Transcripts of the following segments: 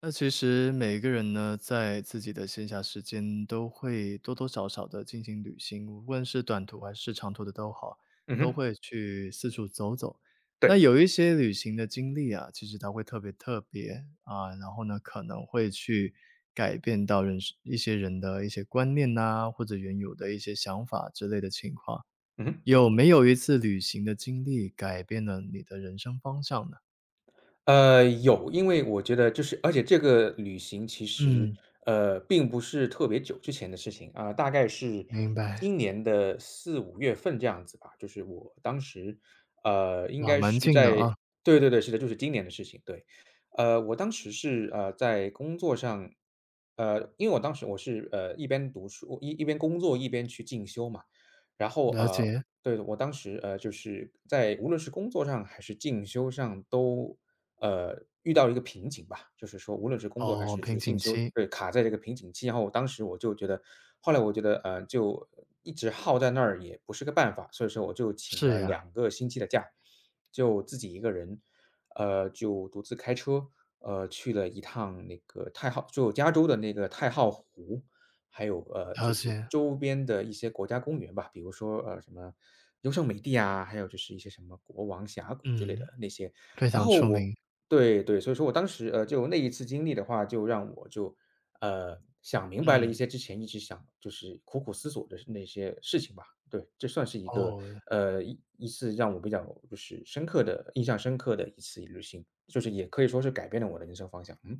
那其实每个人呢，在自己的闲暇时间都会多多少少的进行旅行，无论是短途还是长途的都好，嗯都哼，会去四处走走。那对，有一些旅行的经历啊，其实它会特别特别，然后呢，可能会去改变到一些人的一些观念呐，或者原有的一些想法之类的情况。嗯哼。有没有一次旅行的经历改变了你的人生方向呢？有，因为我觉得就是而且这个旅行其实，嗯，并不是特别久之前的事情啊，大概是明白。今年的4、5月份这样子吧。就是我当时，应哇，该蛮是近的啊。在。对对对，是的，就是今年的事情，对。我当时是，在工作上。因为我当时我是，一边读书一边工作一边去进修嘛。然后，了解，对，我当时，就是在无论是工作上还是进修上都遇到一个瓶颈吧，就是说无论是工作还哦，是就瓶是进颈修，期，对，卡在这个瓶颈期。然后我当时我就觉得。后来我觉得，就一直耗在那儿也不是个办法，所以说我就请是了呀，2个星期的假，就自己一个人，就独自开车，去了一趟那个太浩就加州的那个太浩湖，还有，就了是解，周边的一些国家公园吧，比如说，什么优胜美地啊，还有就是一些什么国王峡谷之类嗯，的那些。非然常后出我。名，对对，所以说我当时，就那一次经历的话，就让我就，想明白了一嗯，些之前一直想就是苦苦思索的那些事情吧。对，这算是一个，哦，一次让我比较就是深刻的印象深刻的一次旅行，就是也可以说是改变了我的人生方向。嗯，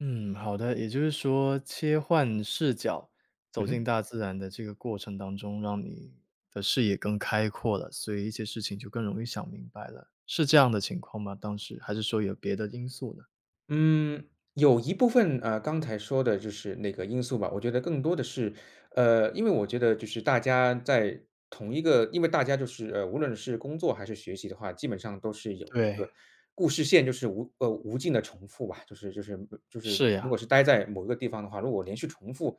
嗯，好的，也就是说切换视角，走嗯进哼。大自然的这个过程当中，让你的视野更开阔了，所以一些事情就更容易想明白了，是这样的情况吗？当时还是说有别的因素呢？嗯，有一部分，刚才说的就是那个因素吧，我觉得更多的是，因为我觉得就是大家在同一个。因为大家就是，无论是工作还是学习的话，基本上都是有一对，个故事线，就是无尽的重复吧。就是是呀，如果是待在某一个地方的话，如果连续重复，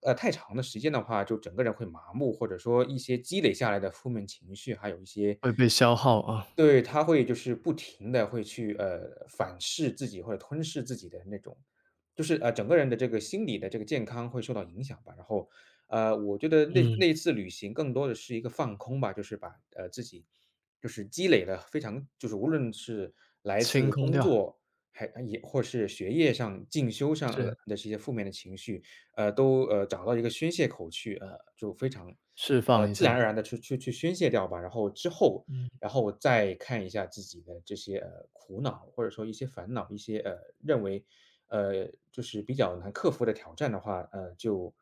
太长的时间的话，就整个人会麻木，或者说一些积累下来的负面情绪，还有一些。会被消耗啊，对，他会就是不停的会去，反噬自己或者吞噬自己的那种，就是，整个人的这个心理的这个健康会受到影响吧。然后，我觉得那嗯，那一次旅行更多的是一个放空吧，就是把，自己就是积累了非常就是无论是来清自空工掉，作，还也或是学业上、进修上，是，的这些负面的情绪，都，找到一个宣泄口去，就非常，释放一自然而下，然的去宣泄掉吧。然后之后。嗯。然后我再看一下自己的这些，苦恼，或者说一些烦恼，一些，认为，就是比较难克服的挑战的话，就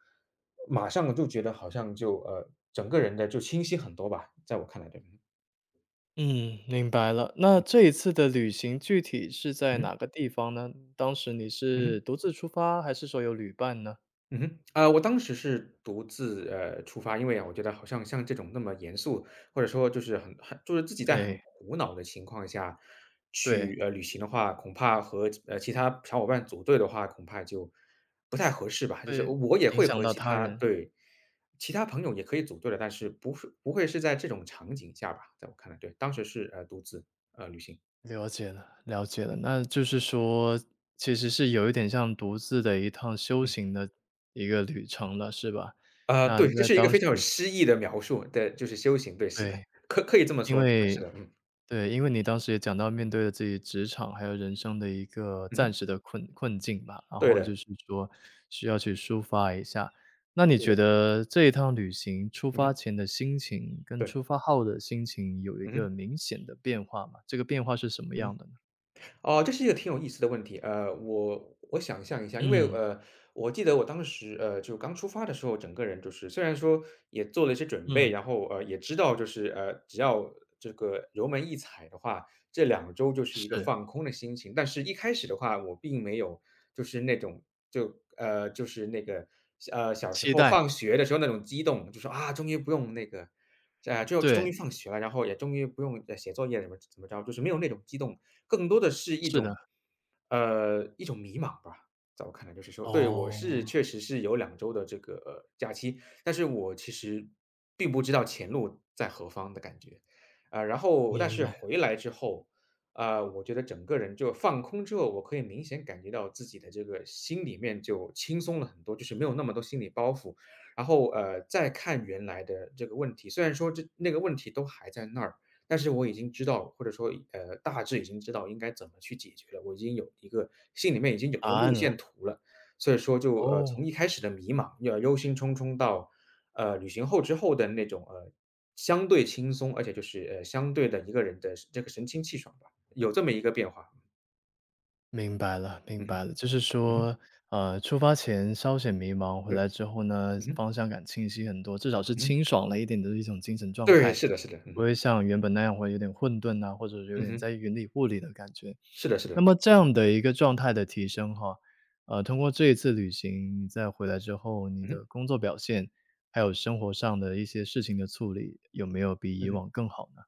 马上就觉得好像就，整个人的就清晰很多吧，在我看来，对，嗯，明白了。那这一次的旅行具体是在嗯哼，哪个地方呢？当时你嗯是哼。独自出发，还是说有旅伴呢？嗯哼，我当时是独自，出发，因为啊我觉得好像像这种那么严肃，或者说就是很就是自己在很哎，苦恼的情况下对，去，旅行的话，恐怕和，其他小伙伴组队的话，恐怕就不太合适吧。就是会我也影会响和到其他他。人。对，其他朋友也可以组队的，但是不会是在这种场景下吧，在我看来，对，当时是，独自，旅行。了解了，了解了。那就是说，其实是有一点像独自的一趟修嗯，行的一个旅程了，是吧？啊，那对，这在是一个当非时常有诗意的描述，的，就是修行，对，是的，对，可以这么因说，是为的，嗯。对，因为你当时也讲到面对了自己职场还有人生的一个嗯暂哼，时的困境吧，然对后就的，是说需要去抒发一下。那你对觉的，得这一趟旅行出嗯发哼，前的心情跟对，出发后的心情有一嗯个哼，明显的变化吗？这个变化是什么嗯样的呢？哼。哦，这是一个挺有意思的问题。我想象一下，因为嗯，我记得我当时就刚出发的时候，整个人就是虽然说也做了一些准备，嗯，然后也知道就是只要这个油门一踩的话，这两周就是一个是，放空的心情。但是一开始的话，我并没有就是那种就就是那个，小时期候待，放学的时候那种激动，就说：“啊，终于不用那个。啊，就终于对，放学了，然后也终于不用，写作业怎么怎么着。”就是没有那种激动，更多的是一是的。种呃，一种迷茫吧，在我看来就是说对，我是哦，确实是有两周的这个假期，但是我其实并不知道前路在何方的感觉。啊，然后但明是白，回来之后，啊，我觉得整个人就放空之后，我可以明显感觉到自己的这个心里面就轻松了很多，就是没有那么多心理包袱。然后，再看原来的这个问题，虽然说这那个问题都还在那儿，但是我已经知道，或者说，大致已经知道应该怎么去解决了。我已经有一个心里面已经有一答个路案了，线图了，所以说就哦。从一开始的迷茫，要忧心忡忡到旅行之后的那种，相对轻松，而且就是，相对的一个人的这个神清气爽吧，有这么一个变化。明白了，明嗯白哼，了，就是嗯哼，说，出发前稍显迷茫，回对，来之后呢，嗯哼，方向感清晰很多，至少是嗯哼，清爽了一点的一种精神状对，态，是的是的，嗯不哼，会像原本那样会有点混沌呐、或者是有嗯点哼，在云里雾里的感觉。是的是的，那么这嗯，样的一个状态的提升哈，通过这一次旅行，你再回来之后，你嗯的哼，工作表现，还有生活上的一些事情的处理，有没有比嗯以哼。往更好呢？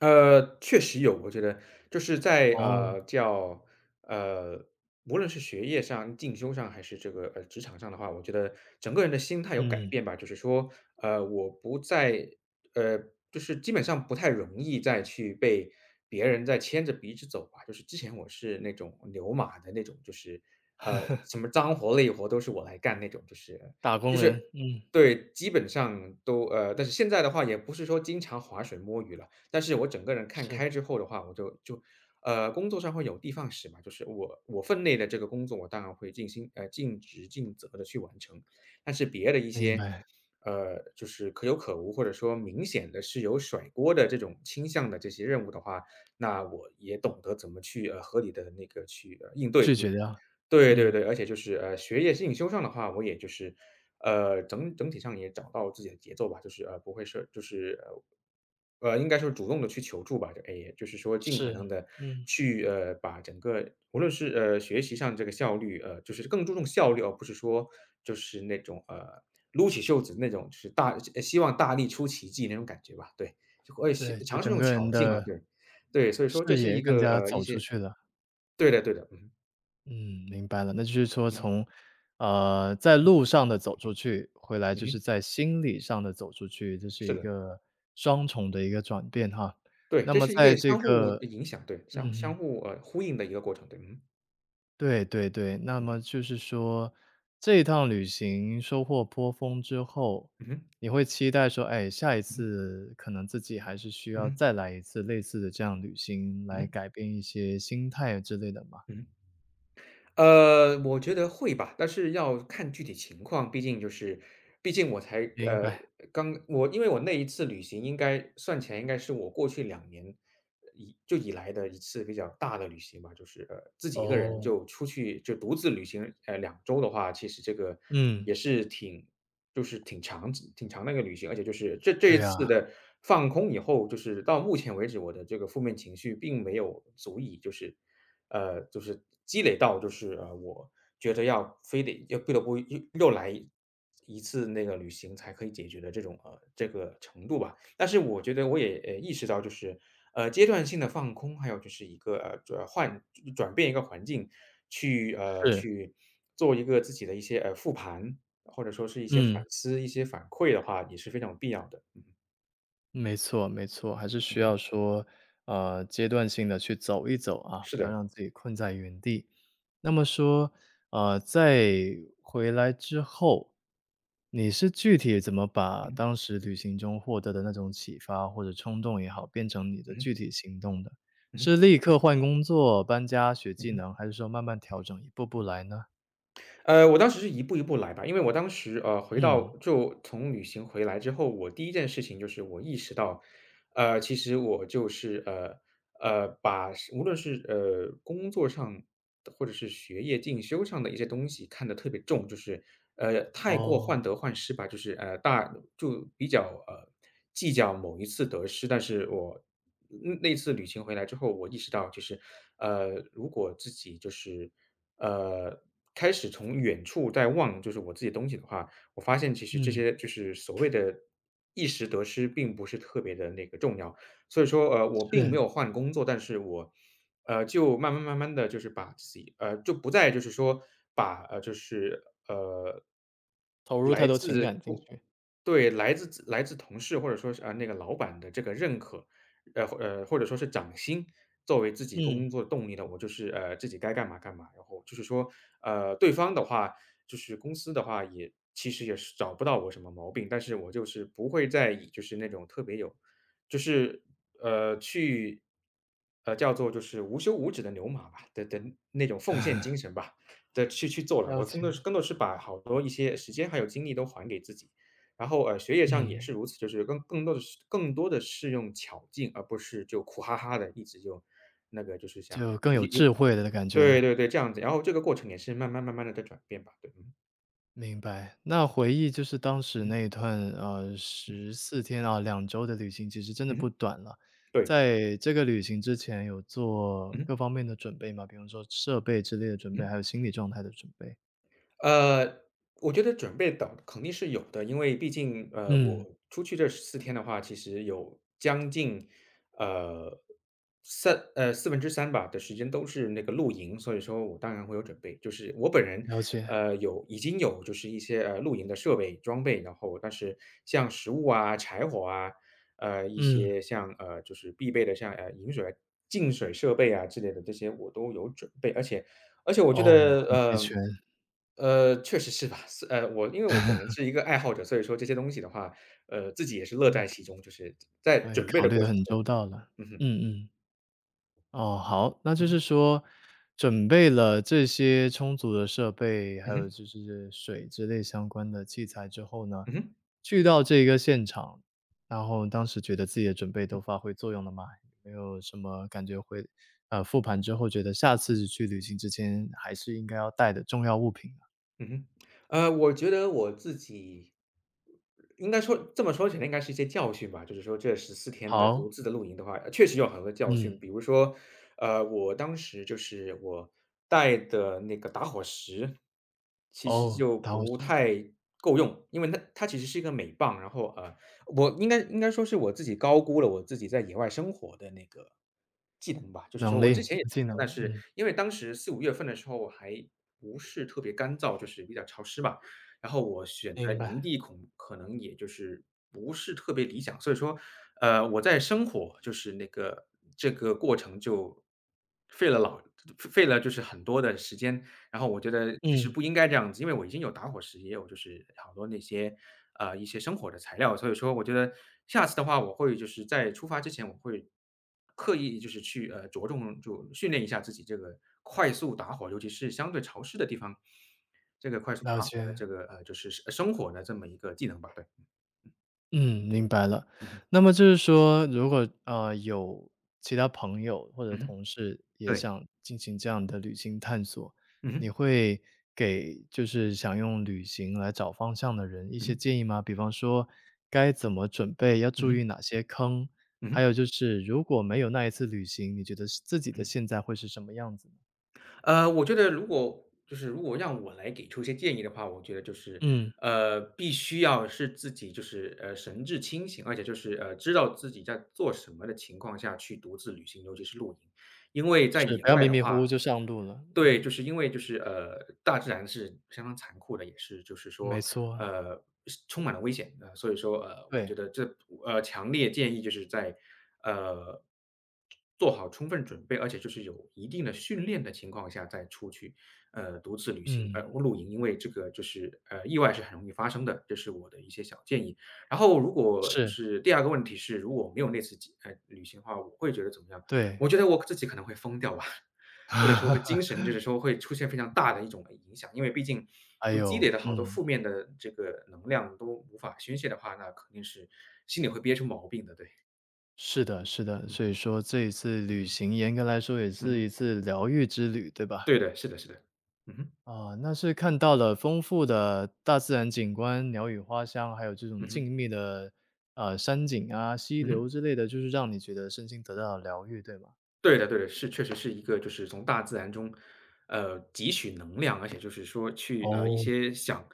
确实有，我觉得就是在哦，呃，无论是学业上、进修上，还是这个职场上的话，我觉得整个人的心态有改嗯，变吧。就是说，我不再呃，就是基本上不太容易再去被别人再牵着鼻子走吧。就是之前我是那种牛马的那种，就是什么脏活累活都是我来干那种，就是打就工是人，嗯，对，基本上都但是现在的话也不是说经常划水摸鱼了，但是我整个人看是，开之后的话，我就工作上会有的放矢嘛，就是我分内的这个工作，我当然会尽心尽职尽责的去完成。但是别的一明些白。就是可有可无，或者说明显的是有甩锅的这种倾向的这些任务的话，那我也懂得怎么去合理的那个去应对，拒也绝掉。对对嗯。对。而且就是，学业进修上的话，我也就是，整体上也找到自己的节奏吧。就是，不会是就是，应该说主动的去求助吧，就哎，也就是说尽可能是，的嗯。去，把整个无论是，学习上这个效率，就是更注重效率，而不是说就是那种，撸起袖子那种，就是希望大力出奇迹那种感觉吧，对，就会是对，就尝试整用个人巧劲了，的对，对，所以说这视是野一更个，加一走出些去了。对的对的，嗯嗯，明白了，那就是说嗯从，在嗯路上的走出嗯去，回来嗯就是哼在心理上的走出去，这是是一的，个双重的一个转变哈。对，那这么是一在个这相互个影响，对，嗯相相哼。互，呼应的一个过程，对，嗯对对对，那么就是说，这一趟旅行收获颇丰之嗯后，嗯哼，你会期待说，哎，下一次可能自己还是需嗯要哼再来一次类似的这样旅嗯哼嗯哼行，嗯来哼改变一些心态之类的吗？我觉得会吧。但是要看具体情况，毕竟就是毕竟我才明白，刚我因为我那一次旅行应该算起来应该是我过去2年以就以来的一次比较大的旅行吧。就是，自己一个人哦。就出去就独自旅行，2周的话，其实这个嗯，也是挺就是挺长挺长的一个旅行。而且就是这这一对啊，次的放空以后，就是到目前为止，我的这个负面情绪并没有足以就是，就是积累到就是我觉得要非得要不得不又来一次那个旅行才可以解决的这种这个程度吧。但是我觉得我也意识到就是，阶段性的放空，还有就是一个转变一个环境，去是，去做一个自己的一些复盘，或者说是一些反嗯。思、一些反馈的话，也是非常有必要的。嗯，没错没错，还是嗯需要哼，说，阶段性的去走一走啊，是不要的，让自己困在原地。那么说，在回来之后，你是具体怎么把嗯哼，当时旅行中获得的那种启发或者冲动也好，变成你的嗯具哼，体行动的？嗯哼，是立刻换工作、搬家、学嗯技哼。能，还是说慢慢调整，一步步嗯来呢？我当时是一步一步来吧。因为我当时回嗯，到就从旅行回来之后，我第一件事情就是我意识到，其实我就是把是无论是工作上或者是学业进修上的一些东西看得特别重，就是太过哦，患得患失吧。就是大就比较计较某一次得失。但是我嗯那次旅行回来之后，我意识到就是如果自己就是呃开始从远处在望就是我自己的东西的话，我发现其实这嗯，些就是所谓的一时得失并不是特别的那个重要。所以说，我并没是，有换工作，但是我就慢慢慢慢的就是把自己就不再就是说把，就是，投入太多情感进去，对，来自同事或者说是，那个老板的这个认可，或或者说是涨薪，作为自己工嗯，作动力的，我就是，自己该干嘛干嘛。然后就是说，对方的话就是公司的话也其实也是找不到我什么毛病，但是我就是不会再以就是那种特别有就是，去叫做就是无休无止的牛马吧，的那种奉献精神吧，的去做了。了我更多解，更多是把好多一些时间还有精力都还给自己。然后，学业上也嗯。是如此，就是更多的是用巧劲，而不是就苦哈哈的一直就那个就是想就更有一有智慧的感觉对了，对对，这样子。然后这个过程也是慢慢慢慢的在转变吧，对，嗯，明白。那回忆就是当时嗯那一段，14天啊2周的旅行，其实真的不嗯短了。对，在这个旅行之前有做嗯嗯各方面的准备吗？比方说设备之类的准备，还有心理状态的准备？呃，我觉得准备等肯定是有的。因为毕竟，嗯，我出去这四天的话，其实有将近，呃三四分之三吧的时间都是那个露营，所以说我当然会有准备。就是我本人，了解，有已经有就是一些，露营的设备装备。然后但是像食物啊、柴火啊，一嗯，些像，就是必备的像，饮水净水设备啊之类的这些我都有准备。而且我觉哦，得，很齐全，确实是吧。是我因为我本人是一个爱好者，所以说这些东西的话，自己也是乐在其中，就是在对，准备考的虑过的程很中，周到了，嗯哼，嗯嗯。哦，好，那嗯就是哼，说准备了这些充足的设备，还嗯有哼，就是水之类相关的器材之后呢，嗯哼。去到这个现场，然后当时觉得自己的准备都发挥作用了吗？有没有什么感觉会复盘之后觉得下次去旅行之前还是应该要带的重要物品呢嗯哼，我觉得我自己应该说这么说起来应该是一些教训吧。就是说这14天的独好，自的露营的话，确实有很多教训。嗯，比如说，我当时就是我带的那个打火石，其实哦，就导不师，太够用，因为它其实是一个镁棒。然后，我应该应该说是我自己高估了我自己在野外生活的那个技能吧。就是说能我力、之前也技能，但是嗯，因为当时四五月份的时候还不是特别干燥，就是比较潮湿吧。然后我选的明白，营地恐可能也就是不是特别理想，所以说，我在生火就是那个这个过程就费了老费了就是很多的时间。然后我觉得其实嗯，不应该这样子，因为我已经有打火石，也有就是好多那些，一些生火的材料。所以说我觉得下次的话，我会就是在出发之前，我会刻意就是去，着重就训练一下自己这个快速打火，尤其是相对潮湿的地方，这个快速了打火的解。这个，就是生火的这么一个技能吧，对，嗯，明白了。嗯哼，那么就是说，如果有其他朋友或者嗯哼，同事也对，想进行这样的旅行探索，嗯你哼，会给就是想用旅行来找方向的人一嗯些哼，建议吗？比方说该怎么准备，要嗯注哼，意哪些坑，嗯还哼，有就是如果没有那一次旅行，你觉得是自己的嗯哼。现在会是什么样子呢？我觉得如果就是如果让我来给出一些建议的话，我觉得就是，嗯，必须要是自己就是神志清醒，而且就是知道自己在做什么的情况下去独自旅行，尤其是露营。因为在是，野不要外迷的迷糊话糊就上路了。对，嗯，就是因为就是大自然是相当残酷的，也是就是没说错，呃，是充满了危险的，所以说我觉对，得这强烈建议就是在呃，做好充分准备，而且就是有一定的训练的情况下再出去，独自旅行，嗯，露营，因为这个就是意外是很容易发生的，这是我的一些小建议。然后如果就是，是第二个问题是，如果没有那次旅行的话，我会觉得怎么样？对。我觉得我自己可能会疯掉吧，或者说会精 神就是说会出现非常大的一种影响。因为毕竟还就积累有了好多嗯，负面的这个能量都无法宣泄的话，那肯定是心里会憋出毛病的，对。是的是的，嗯，所以说这一次嗯旅哼，行严格来说也嗯是哼，一次疗愈之旅，对吧？对的，是的是的。嗯哼，啊，那是看到了丰富的大自然景观、鸟语花香，还有这种嗯静哼，谧的，山景啊、溪嗯流哼。之类的，就是让你觉得身心得到了疗愈，对吗？对的对的，是确实是一个就是从大自然中，汲取能量，而且就是说去，一哦，些想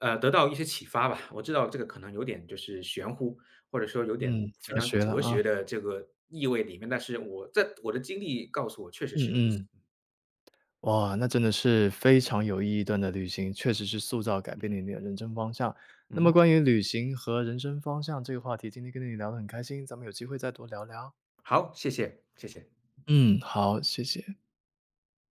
得到一些启发吧。我知道这个可能有点就是玄乎，或者说有点嗯，非哲常学了哲啊，学的这个意味里面，但是我在我的经历告诉我确实嗯是如此。嗯。哇，那真的是非常有意义段的旅行，确实是塑造改嗯变了哼，你的人生方向。嗯那么哼，关于旅行和人生方向这个话题，今天跟你聊得很开心，咱们有机会再多聊聊。好，谢谢，谢谢。嗯，好，谢谢。